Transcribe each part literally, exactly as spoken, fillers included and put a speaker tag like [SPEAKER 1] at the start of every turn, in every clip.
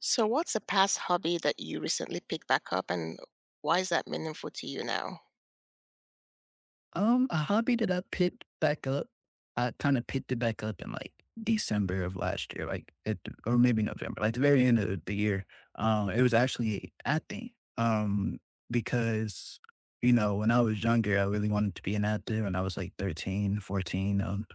[SPEAKER 1] So, what's a past hobby that you recently picked back up, and why is that meaningful to you now?
[SPEAKER 2] Um, a hobby that I picked back up, I kind of picked it back up in like December of last year, like at, or maybe November, like the very end of the year. Um, it was actually acting. Um, because, you know, when I was younger, I really wanted to be an actor and I was like thirteen, fourteen. Um,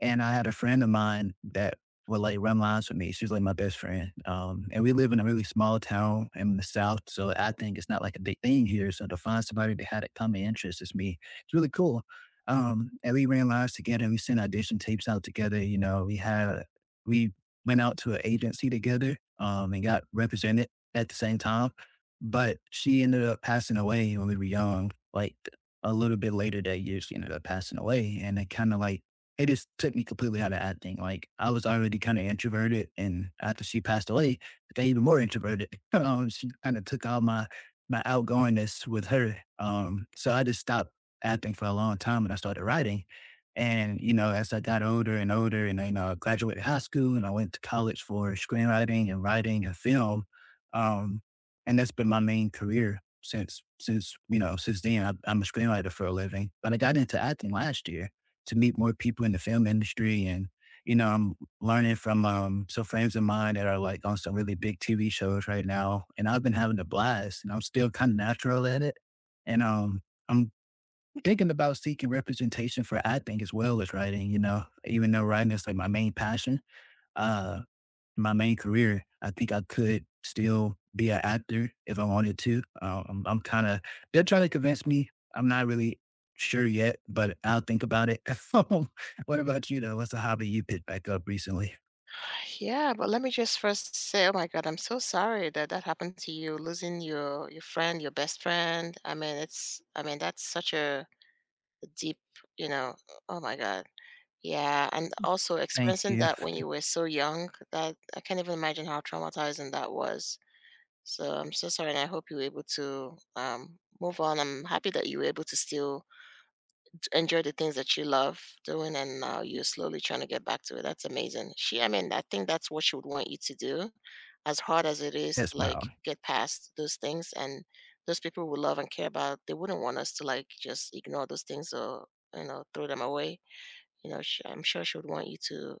[SPEAKER 2] And I had a friend of mine that would like run lines with me. She was like my best friend. Um, and we live in a really small town in the South. So acting is not like a big thing here. So to find somebody that had a common interest is me it's really cool. Um, and we ran lives together. And We sent audition tapes out together. You know, we had we went out to an agency together um, and got represented at the same time. But she ended up passing away when we were young. Like a little bit later that year, she ended up passing away, and it kind of like it just took me completely out of acting. Like I was already kind of introverted, and after she passed away, I got even more introverted. Um, she kind of took all my my outgoingness with her. Um, so I just stopped acting for a long time and I started writing. And, you know, as I got older and older and, you know, I graduated high school and I went to college for screenwriting and writing and film. Um, and that's been my main career since, since, you know, since then I, I'm a screenwriter for a living, but I got into acting last year to meet more people in the film industry. And, you know, I'm learning from, um, some friends of mine that are like on some really big T V shows right now. And I've been having a blast and I'm still kind of natural at it. And, um, I'm thinking about seeking representation for acting as well as writing, you know, even though writing is like my main passion, uh, my main career. I think I could still be an actor if I wanted to. Uh, I'm, I'm kind of, they're trying to convince me. I'm not really sure yet, but I'll think about it. What about you though? What's a hobby you picked back up recently?
[SPEAKER 1] Yeah, but let me just first say, oh my God, I'm so sorry that that happened to you, losing your your friend, your best friend. I mean, it's, I mean, that's such a deep, you know, oh my God. Yeah, and also
[SPEAKER 2] Thank
[SPEAKER 1] experiencing
[SPEAKER 2] you.
[SPEAKER 1] that when you were so young, that I can't even imagine how traumatizing that was. So I'm so sorry, and I hope you were able to um, move on. I'm happy that you were able to still enjoy the things that you love doing, and now you're slowly trying to get back to it. That's amazing. She I mean, I think that's what she would want you to do, as hard as it is
[SPEAKER 2] Yes,
[SPEAKER 1] to, like,
[SPEAKER 2] my,
[SPEAKER 1] get past those things. And those people we love and care about, they wouldn't want us to, like, just ignore those things or, you know, throw them away. You know, sh I'm sure she would want you to,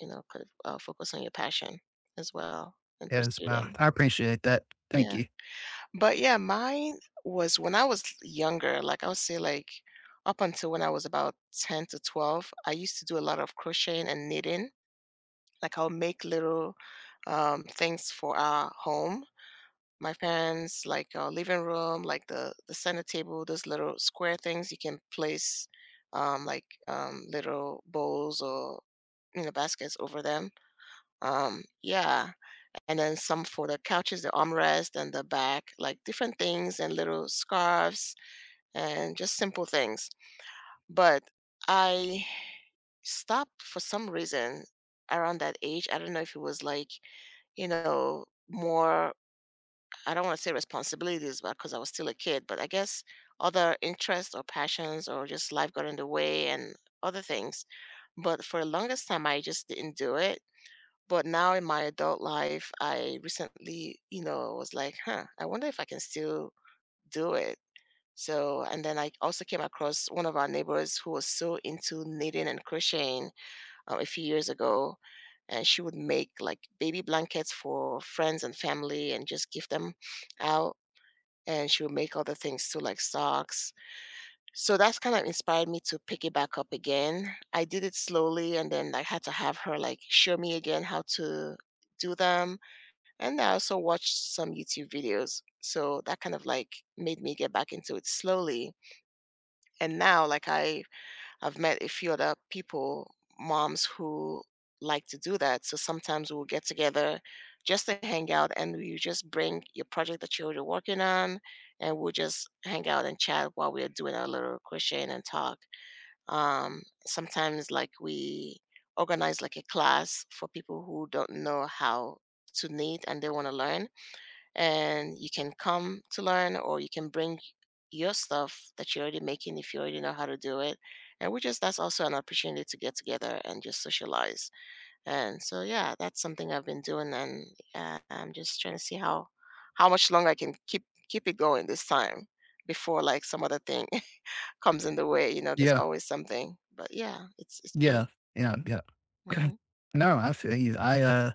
[SPEAKER 1] you know, kind of, uh, focus on your passion as well and
[SPEAKER 2] yes,
[SPEAKER 1] pursue
[SPEAKER 2] my,
[SPEAKER 1] them.
[SPEAKER 2] I appreciate that. Thank
[SPEAKER 1] Yeah.
[SPEAKER 2] you.
[SPEAKER 1] But yeah, mine was when I was younger, like I would say like up until when I was about ten to twelve, I used to do a lot of crocheting and knitting. Like I'll make little um, things for our home. My parents, like our living room, like the the center table, those little square things you can place um, like um, little bowls or, you know, baskets over them. Um, yeah, and then some for the couches, the armrest and the back, like different things and little scarves and just simple things. But I stopped for some reason around that age. I don't know if it was like, you know, more, I don't want to say responsibilities but because I was still a kid, but I guess other interests or passions or just life got in the way and other things. But for the longest time, I just didn't do it. But now in my adult life, I recently, you know, was like, huh, I wonder if I can still do it. So, and then I also came across one of our neighbors who was so into knitting and crocheting uh, a few years ago. And she would make like baby blankets for friends and family and just give them out. And she would make other things too, like socks. So that's kind of inspired me to pick it back up again. I did it slowly, and then I had to have her like show me again how to do them, and I also watched some YouTube videos. So that kind of like made me get back into it slowly. And now like I I've met a few other people, moms who like to do that. So sometimes we'll get together just to hang out, and you just bring your project that you're already working on, and we'll just hang out and chat while we're doing our little crocheting and talk. Um sometimes like we organize like a class for people who don't know how to knit and they want to learn, and you can come to learn or you can bring your stuff that you're already making if you already know how to do it. And we just that's also an opportunity to get together and just socialize. And so yeah, that's something I've been doing. And uh, I'm just trying to see how how much longer I can keep keep it going this time before like some other thing comes in the way. You know, there's
[SPEAKER 2] Yeah,
[SPEAKER 1] always something, but yeah, it's it's good.
[SPEAKER 2] yeah, yeah, yeah. No, I feel you. I, uh,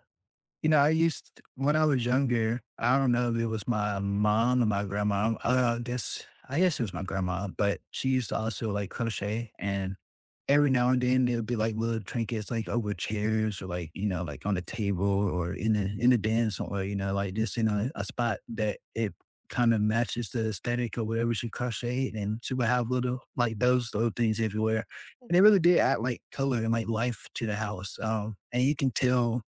[SPEAKER 2] You know, I used t when I was younger, I don't know if it was my mom or my grandma, uh, I guess I guess it was my grandma, but she used to also, like, crochet, and every now and then, there would be, like, little trinkets, like, over chairs or, like, you know, like, on the table or in the in the den somewhere, you know, like, just in a a spot that it kinda matches the aesthetic or whatever she crocheted, and she would have little like, those little things everywhere, and it really did add, like, color and, like, life to the house, um, and you can tell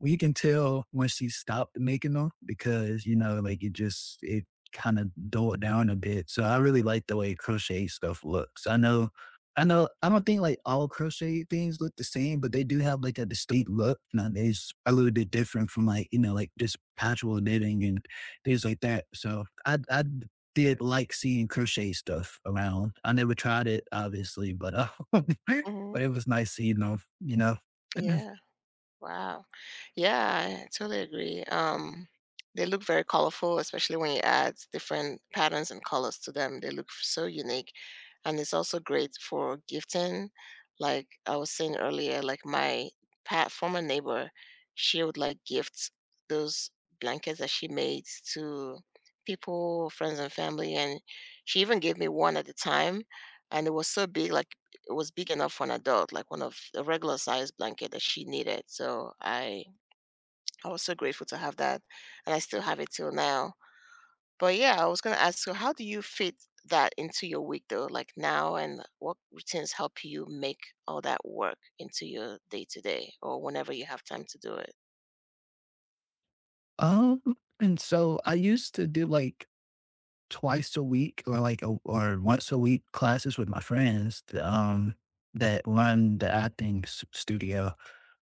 [SPEAKER 2] we can tell when she stopped making them because, you know, like it just, it kind of dulled down a bit. So I really like the way crochet stuff looks. I know, I know, I don't think like all crochet things look the same, but they do have like a distinct look. And they're a little bit different from like, you know, like just patchwork knitting and things like that. So I, I did like seeing crochet stuff around. I never tried it, obviously, but uh,
[SPEAKER 1] Mhm.
[SPEAKER 2] but it was nice seeing them, you know.
[SPEAKER 1] Yeah. Wow. Yeah, I totally agree. Um, they look very colorful, especially when you add different patterns and colors to them. They look so unique. And it's also great for gifting. Like I was saying earlier, like my pat former neighbor, she would like gift those blankets that she made to people, friends and family. And she even gave me one at the time. And it was so big, like it was big enough for an adult, like one of a regular size blanket that she needed. So I I was so grateful to have that, and I still have it till now. But yeah, I was gonna ask you, how do you fit that into your week though, like now, and what routines help you make all that work into your day to day or whenever you have time to do it?
[SPEAKER 2] Um, and so I used to do like twice a week or like a, or once a week classes with my friends th- um that run the acting s- studio.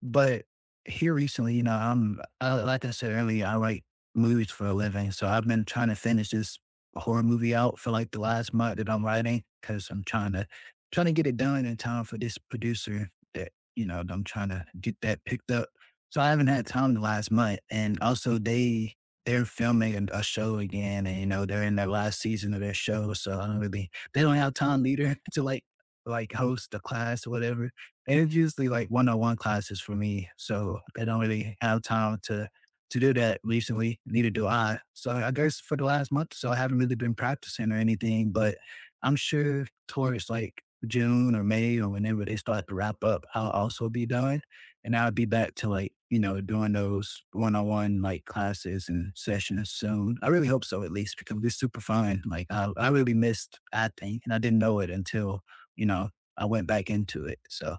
[SPEAKER 2] But here recently, you know, I'm I, like I said earlier, I write movies for a living, so I've been trying to finish this horror movie out for like the last month that I'm writing because I'm trying to trying to get it done in time for this producer that you know that I'm trying to get that picked up. So I haven't had time the last month, and also they they're filming a, show again, and you know they're in their last season of their show, so I don't really they don't have time either to like like host a class or whatever. And it's usually like one on one classes for me, so they don't really have time to to do that recently. Neither do I. So I guess for the last month, so I haven't really been practicing or anything, but I'm sure towards like June or May or whenever they start to wrap up, I'll also be done. And I'll be back to like, you know, doing those one on one like classes and sessions soon. I really hope so, at least, because it's super fun. Like, I, I really missed acting and I didn't know it until, you know, I went back into it. So,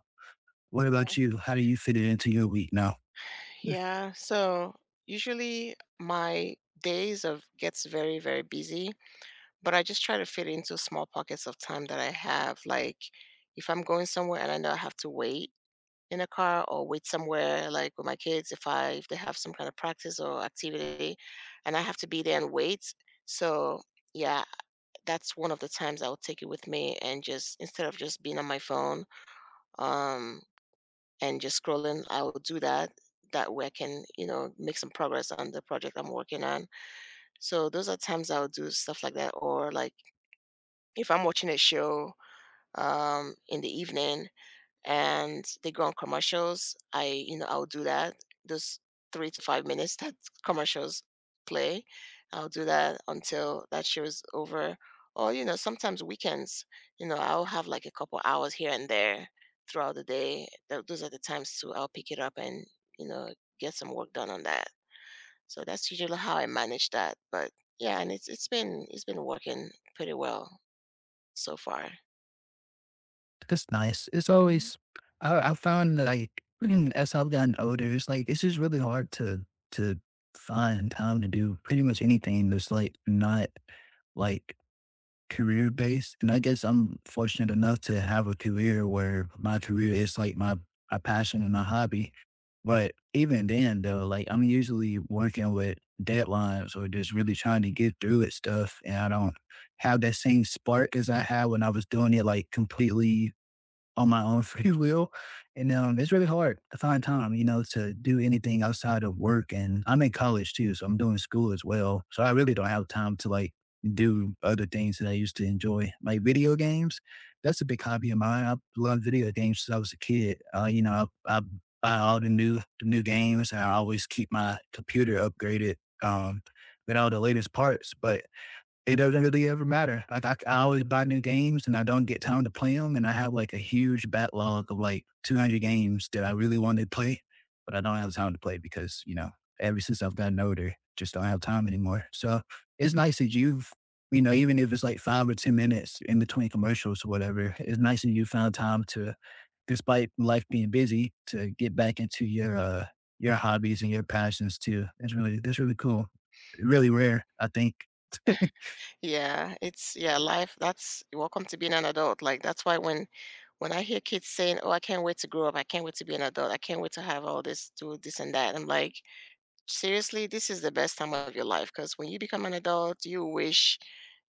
[SPEAKER 2] what about you? How do you fit it into your week now?
[SPEAKER 1] Yeah, so usually my days of gets very very busy. But I just try to fit it into small pockets of time that I have. Like if I'm going somewhere and I know I have to wait in a car or wait somewhere like with my kids, if I if they have some kind of practice or activity and I have to be there and wait. So yeah, that's one of the times I'll take it with me, and just instead of just being on my phone um and just scrolling, I'll do that. That way I can, you know, make some progress on the project I'm working on. So those are times I'll do stuff like that. Or like if I'm watching a show um, in the evening and they go on commercials. I, you know, I'll do that. Those three to five minutes that commercials play, I'll do that until that show is over. Or, you know, sometimes weekends, you know, I'll have like a couple hours here and there throughout the day. Tho- Those are the times too. I'll pick it up and, you know, get some work done on that. So that's usually how I manage that. But yeah, and it's it's been it's been working pretty well so far.
[SPEAKER 2] That's nice. It's
[SPEAKER 1] Mhm.
[SPEAKER 2] always I I found that, like, as I've gotten older, it's like, it's just really hard to to find time to do pretty much anything that's, like, not, like, career-based, and I guess I'm fortunate enough to have a career where my career is, like, my my passion and my hobby, but even then, though, like, I'm usually working with deadlines or just really trying to get through it stuff, and I don't have that same spark as I had when I was doing it, like, completely on my own free will. And um, it's really hard to find time, you know, to do anything outside of work. And I'm in college too, so I'm doing school as well. So I really don't have time to like do other things that I used to enjoy, like video games. That's a big hobby of mine. I have loved video games since I was a kid. Uh, you know, I, I buy all the new the new games, and I always keep my computer upgraded um, with all the latest parts. But it doesn't really ever matter. Like I, I always buy new games and I don't get time to play them. And I have like a huge backlog of like two hundred games that I really wanted to play, but I don't have time to play because, you know, ever since I've gotten older, just don't have time anymore. So it's nice that you've, you know, even if it's like five or ten minutes in between commercials or whatever, it's nice that you found time to, despite life being busy, to get back into your, uh, your hobbies and your passions too. It's really, that's really cool. Really rare, I think.
[SPEAKER 1] Yeah, it's yeah, life. That's welcome to being an adult. Like that's why when when I hear kids saying, "Oh, I can't wait to grow up. I can't wait to be an adult. I can't wait to have all this, do this and that." I'm like, seriously, this is the best time of your life, because when you become an adult, you wish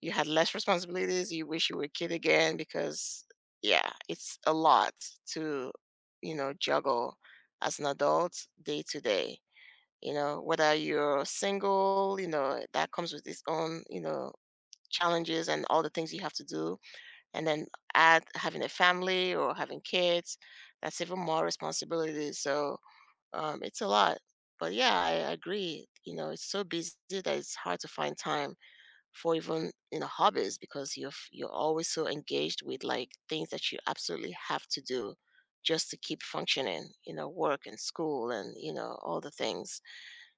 [SPEAKER 1] you had less responsibilities. You wish you were a kid again, because yeah, it's a lot to, you know, juggle as an adult day to day. You know, whether you're single, you know, that comes with its own, you know, challenges and all the things you have to do. And then add having a family or having kids, that's even more responsibility. So um, it's a lot. But yeah, I agree. You know, it's so busy that it's hard to find time for even you know hobbies because you're f- you're always so engaged with like things that you absolutely have to do just to keep functioning. You know, work and school and you know all the things.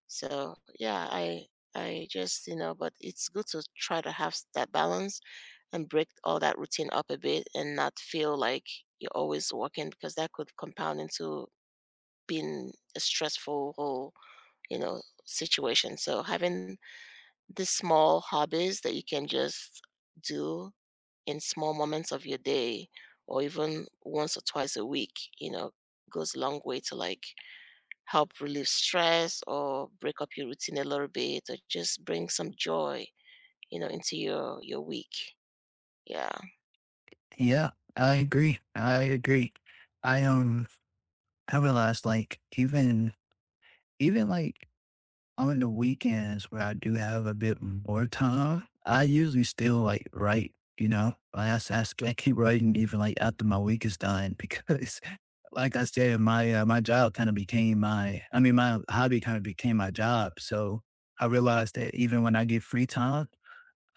[SPEAKER 1] So yeah, I I just you know, but it's good to try to have s- that balance and break all that routine up a bit and not feel like you're always working, because that could compound into being a stressful whole, you know, situation. So having the small hobbies that you can just do in small moments of your day or even once or twice a week, you know, goes a long way to like help relieve stress or break up your routine a little bit or just bring some joy, you know, into your your week. Yeah.
[SPEAKER 2] Yeah, I agree. I agree. I um I realized like even even like on the weekends where I do have a bit more time, I usually still like write, you know. Like I, s- I s- I keep writing even like after my week is done because like I said, my uh, my job kind of became my I mean my hobby kind of became my job. So I realized that even when I get free time,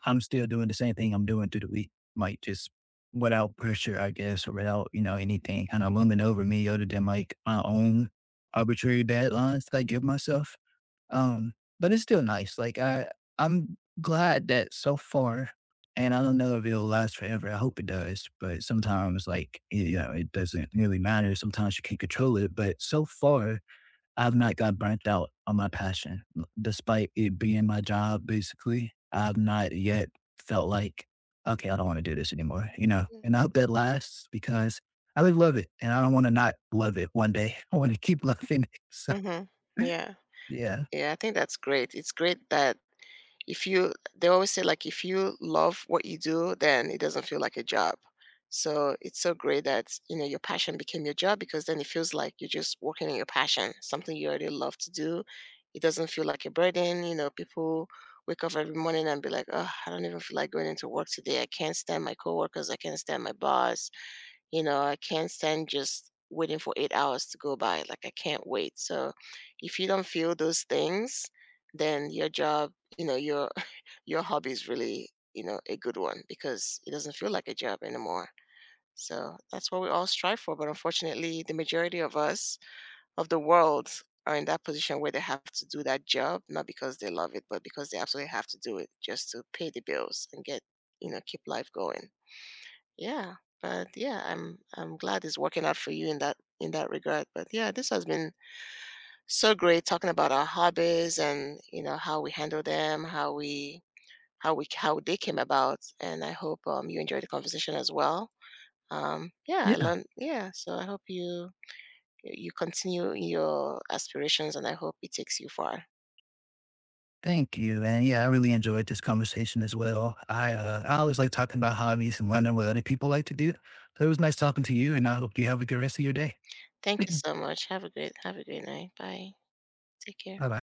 [SPEAKER 2] I'm still doing the same thing I'm doing through the week, like just without pressure, I guess, or without, you know, anything kind of looming over me other than like my own arbitrary deadlines that I give myself. Um, but it's still nice. Like I, I'm glad that so far, and I don't know if it'll last forever. I hope it does, but sometimes like, you know, it doesn't really matter. Sometimes you can't control it, but so far, I've not got burnt out on my passion. Despite it being my job, basically, I've not yet felt like, okay, I don't want to do this anymore, you know?
[SPEAKER 1] Mm.
[SPEAKER 2] And I hope that lasts because I would love it and I don't want to not love it one day. I want to keep loving it. So,
[SPEAKER 1] Mhm. Yeah.
[SPEAKER 2] yeah.
[SPEAKER 1] Yeah, I think that's great. It's great that, if you they always say like if you love what you do, then it doesn't feel like a job. So it's so great that you know your passion became your job, because then it feels like you're just working in your passion, something you already love to do. It doesn't feel like a burden. You know, people wake up every morning and be like, oh, I don't even feel like going into work today. I can't stand my coworkers. I can't stand my boss. You know, I can't stand just waiting for eight hours to go by. Like I can't wait. So if you don't feel those things, then your job, you know, you're your hobby is really, you know, a good one, because it doesn't feel like a job anymore. So that's what we all strive for. But unfortunately, the majority of us, of the world, are in that position where they have to do that job, not because they love it, but because they absolutely have to do it just to pay the bills and get, you know, keep life going. Yeah. But yeah, I'm I'm glad it's working out for you in that in that regard. But yeah, this has been so great talking about our hobbies and you know how we handle them, how we how we how they came about, and I hope um, you enjoyed the conversation as well. Um, yeah, I
[SPEAKER 2] Yeah.
[SPEAKER 1] learned. Yeah, so I hope you you continue your aspirations, and I hope it takes you far.
[SPEAKER 2] Thank you. And yeah, I really enjoyed this conversation as well. I uh, I always like talking about hobbies and learning what other people like to do. So it was nice talking to you, and I hope you have a good rest of your day.
[SPEAKER 1] Thank you
[SPEAKER 2] Bye
[SPEAKER 1] so much. Have a great have a great night. Bye. Take care.
[SPEAKER 2] bye.